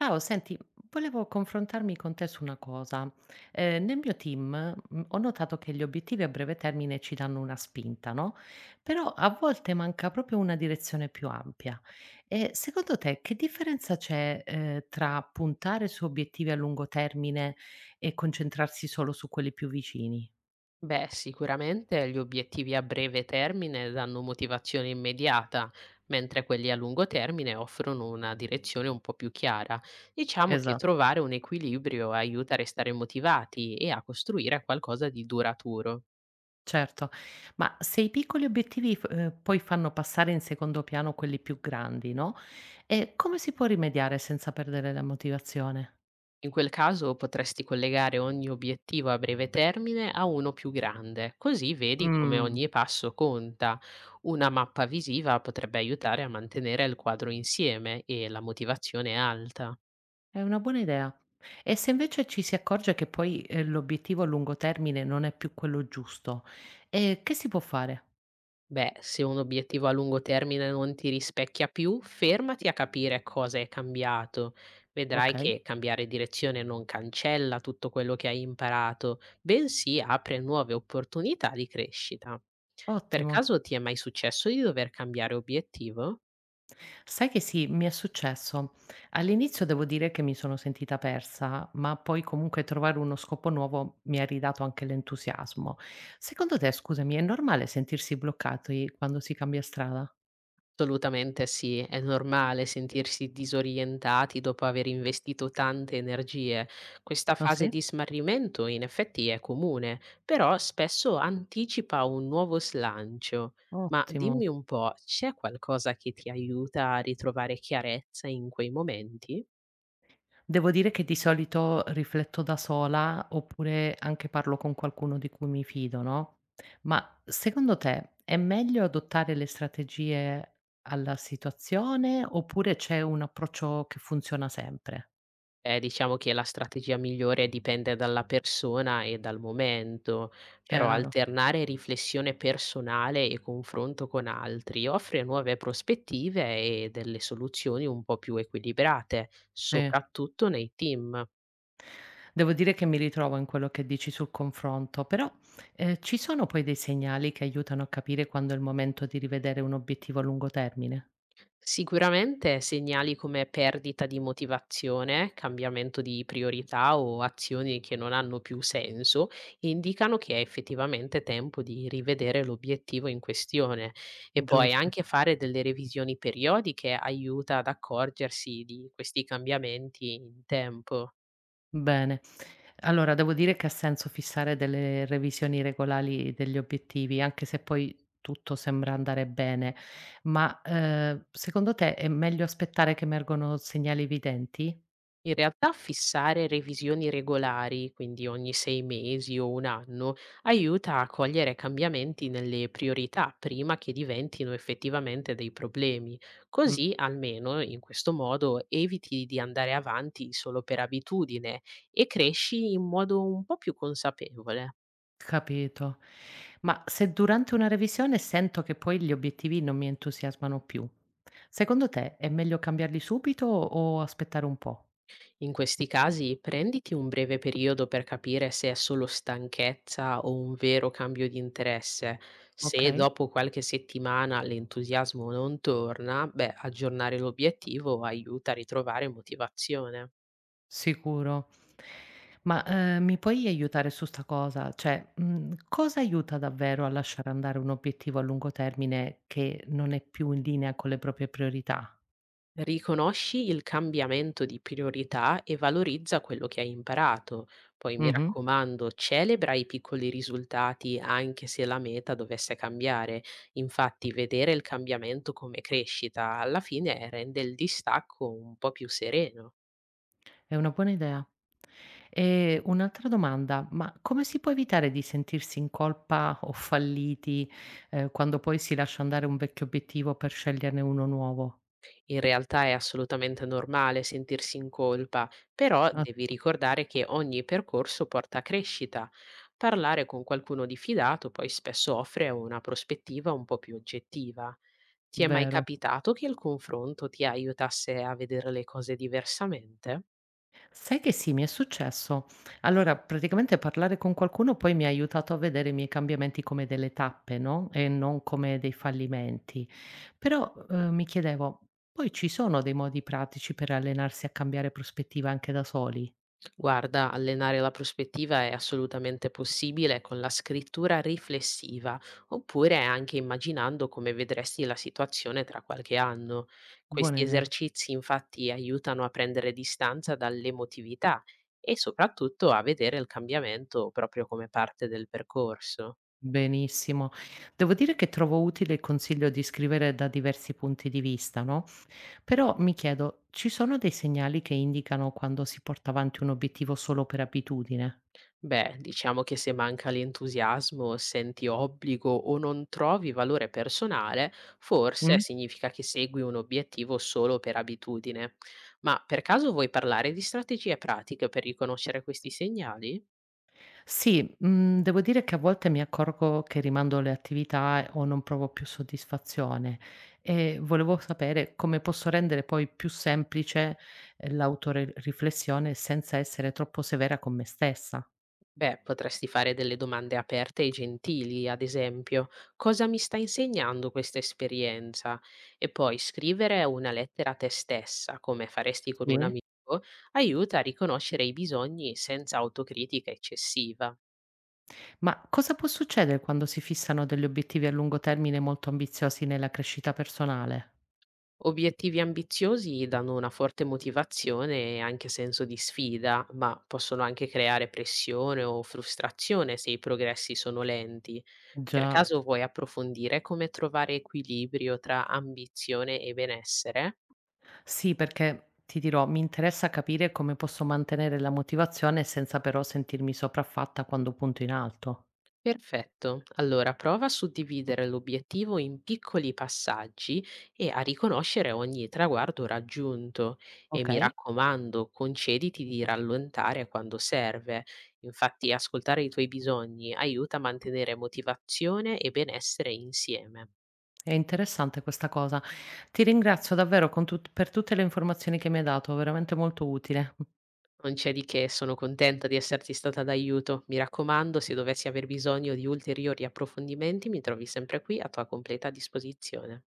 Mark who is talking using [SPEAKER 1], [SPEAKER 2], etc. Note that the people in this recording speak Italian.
[SPEAKER 1] Ciao, senti, volevo confrontarmi con te su una cosa. Nel mio team, ho notato che gli obiettivi a breve termine ci danno una spinta, no? Però a volte manca proprio una direzione più ampia. E secondo te, che differenza c'è, tra puntare su obiettivi a lungo termine e concentrarsi solo su quelli più vicini?
[SPEAKER 2] Beh, sicuramente gli obiettivi a breve termine danno motivazione immediata, mentre quelli a lungo termine offrono una direzione un po' più chiara. Diciamo che
[SPEAKER 1] Esatto.
[SPEAKER 2] trovare un equilibrio aiuta a restare motivati e a costruire qualcosa di duraturo.
[SPEAKER 1] Certo, ma se i piccoli obiettivi, poi fanno passare in secondo piano quelli più grandi, no? E come si può rimediare senza perdere la motivazione?
[SPEAKER 2] In quel caso potresti collegare ogni obiettivo a breve termine a uno più grande, così vedi come
[SPEAKER 1] Mh.
[SPEAKER 2] ogni passo conta. Una mappa visiva potrebbe aiutare a mantenere il quadro insieme e la motivazione alta.
[SPEAKER 1] È una buona idea. E se invece ci si accorge che poi, l'obiettivo a lungo termine non è più quello giusto, che si può fare?
[SPEAKER 2] Beh, se un obiettivo a lungo termine non ti rispecchia più, fermati a capire cosa è cambiato. Vedrai
[SPEAKER 1] Okay.
[SPEAKER 2] che cambiare direzione non cancella tutto quello che hai imparato, bensì apre nuove opportunità di crescita. Per
[SPEAKER 1] Ottimo.
[SPEAKER 2] caso ti è mai successo di dover cambiare obiettivo?
[SPEAKER 1] Sai che sì, mi è successo. All'inizio devo dire che mi sono sentita persa, ma poi comunque trovare uno scopo nuovo mi ha ridato anche l'entusiasmo. Secondo te, scusami, è normale sentirsi bloccati quando si cambia strada?
[SPEAKER 2] Assolutamente sì, è normale sentirsi disorientati dopo aver investito tante energie. Questa
[SPEAKER 1] Ah
[SPEAKER 2] fase
[SPEAKER 1] sì?
[SPEAKER 2] di smarrimento in effetti è comune, però spesso anticipa un nuovo slancio. Ma
[SPEAKER 1] Ottimo.
[SPEAKER 2] dimmi un po', c'è qualcosa che ti aiuta a ritrovare chiarezza in quei momenti?
[SPEAKER 1] Devo dire che di solito rifletto da sola, oppure anche parlo con qualcuno di cui mi fido, no, ma secondo te è meglio adottare le strategie alla situazione, oppure c'è un approccio che funziona sempre?
[SPEAKER 2] Diciamo che la strategia migliore dipende dalla persona e dal momento, però
[SPEAKER 1] Chiaro,
[SPEAKER 2] alternare riflessione personale e confronto con altri offre nuove prospettive e delle soluzioni un po' più equilibrate,
[SPEAKER 1] sì.
[SPEAKER 2] soprattutto nei team.
[SPEAKER 1] Devo dire che mi ritrovo in quello che dici sul confronto, però, ci sono poi dei segnali che aiutano a capire quando è il momento di rivedere un obiettivo a lungo termine?
[SPEAKER 2] Sicuramente segnali come perdita di motivazione, cambiamento di priorità o azioni che non hanno più senso indicano che è effettivamente tempo di rivedere l'obiettivo in questione e poi
[SPEAKER 1] Giusto.
[SPEAKER 2] anche fare delle revisioni periodiche aiuta ad accorgersi di questi cambiamenti in tempo.
[SPEAKER 1] Bene. Allora devo dire che ha senso fissare delle revisioni regolari degli obiettivi, anche se poi tutto sembra andare bene. Ma, secondo te è meglio aspettare che emergono segnali evidenti?
[SPEAKER 2] In realtà fissare revisioni regolari, quindi ogni 6 mesi o un anno, aiuta a cogliere cambiamenti nelle priorità prima che diventino effettivamente dei problemi.
[SPEAKER 1] Mh,
[SPEAKER 2] Così, almeno in questo modo, eviti di andare avanti solo per abitudine e cresci in modo un po' più consapevole.
[SPEAKER 1] capito. Ma se durante una revisione sento che poi gli obiettivi non mi entusiasmano più, secondo te è meglio cambiarli subito o aspettare un po'?
[SPEAKER 2] In questi casi prenditi un breve periodo per capire se è solo stanchezza o un vero cambio di interesse. Se
[SPEAKER 1] Okay.
[SPEAKER 2] dopo qualche settimana l'entusiasmo non torna, beh, aggiornare l'obiettivo aiuta a ritrovare motivazione.
[SPEAKER 1] Sicuro. Ma, mi puoi aiutare su 'sta cosa? Cioè, mhmm, cosa aiuta davvero a lasciare andare un obiettivo a lungo termine che non è più in linea con le proprie priorità?
[SPEAKER 2] Riconosci il cambiamento di priorità e valorizza quello che hai imparato. Poi mi
[SPEAKER 1] Mh-mh,
[SPEAKER 2] raccomando, celebra i piccoli risultati anche se la meta dovesse cambiare. Infatti, vedere il cambiamento come crescita alla fine rende il distacco un po' più sereno.
[SPEAKER 1] è una buona idea. E un'altra domanda: ma come si può evitare di sentirsi in colpa o falliti, quando poi si lascia andare un vecchio obiettivo per sceglierne uno nuovo?
[SPEAKER 2] In realtà è assolutamente normale sentirsi in colpa, però
[SPEAKER 1] Ah,
[SPEAKER 2] devi ricordare che ogni percorso porta a crescita. Parlare con qualcuno di fidato poi spesso offre una prospettiva un po' più oggettiva. Ti è mai
[SPEAKER 1] vero.
[SPEAKER 2] capitato che il confronto ti aiutasse a vedere le cose diversamente?
[SPEAKER 1] Sai che sì, mi è successo. Allora, praticamente parlare con qualcuno poi mi ha aiutato a vedere i miei cambiamenti come delle tappe, no? E non come dei fallimenti. Però mi chiedevo, poi ci sono dei modi pratici per allenarsi a cambiare prospettiva anche da soli?
[SPEAKER 2] Guarda, allenare la prospettiva è assolutamente possibile con la scrittura riflessiva, oppure anche immaginando come vedresti la situazione tra qualche anno.
[SPEAKER 1] Buona
[SPEAKER 2] Questi
[SPEAKER 1] idea.
[SPEAKER 2] esercizi infatti aiutano a prendere distanza dall'emotività e soprattutto a vedere il cambiamento proprio come parte del percorso.
[SPEAKER 1] Benissimo. Devo dire che trovo utile il consiglio di scrivere da diversi punti di vista, no? Però mi chiedo, ci sono dei segnali che indicano quando si porta avanti un obiettivo solo per abitudine?
[SPEAKER 2] Beh, diciamo che se manca l'entusiasmo, senti obbligo o non trovi valore personale, forse
[SPEAKER 1] Mm?
[SPEAKER 2] significa che segui un obiettivo solo per abitudine. Ma per caso vuoi parlare di strategie pratiche per riconoscere questi segnali?
[SPEAKER 1] Sì, mhmm, devo dire che a volte mi accorgo che rimando le attività o non provo più soddisfazione e volevo sapere come posso rendere poi più semplice, l'autore riflessione senza essere troppo severa con me stessa.
[SPEAKER 2] Beh, potresti fare delle domande aperte e gentili, ad esempio, cosa mi sta insegnando questa esperienza? E poi scrivere una lettera a te stessa, come faresti con
[SPEAKER 1] Sì.
[SPEAKER 2] un amico, aiuta a riconoscere i bisogni senza autocritica eccessiva.
[SPEAKER 1] Ma cosa può succedere quando si fissano degli obiettivi a lungo termine molto ambiziosi nella crescita personale?
[SPEAKER 2] Obiettivi ambiziosi danno una forte motivazione e anche senso di sfida, ma possono anche creare pressione o frustrazione se i progressi sono lenti. Per
[SPEAKER 1] Già.
[SPEAKER 2] caso vuoi approfondire come trovare equilibrio tra ambizione e benessere?
[SPEAKER 1] Sì, perché ti dirò, mi interessa capire come posso mantenere la motivazione senza però sentirmi sopraffatta quando punto in alto.
[SPEAKER 2] Perfetto, allora prova a suddividere l'obiettivo in piccoli passaggi e a riconoscere ogni traguardo raggiunto e mi
[SPEAKER 1] Okay,
[SPEAKER 2] raccomando, concediti di rallentare quando serve. Infatti, ascoltare i tuoi bisogni aiuta a mantenere motivazione e benessere insieme.
[SPEAKER 1] è interessante questa cosa. Ti ringrazio davvero con tut per tutte le informazioni che mi hai dato, veramente molto utile.
[SPEAKER 2] Non c'è di che, sono contenta di esserti stata d'aiuto. Mi raccomando, se dovessi aver bisogno di ulteriori approfondimenti, mi trovi sempre qui a tua completa disposizione.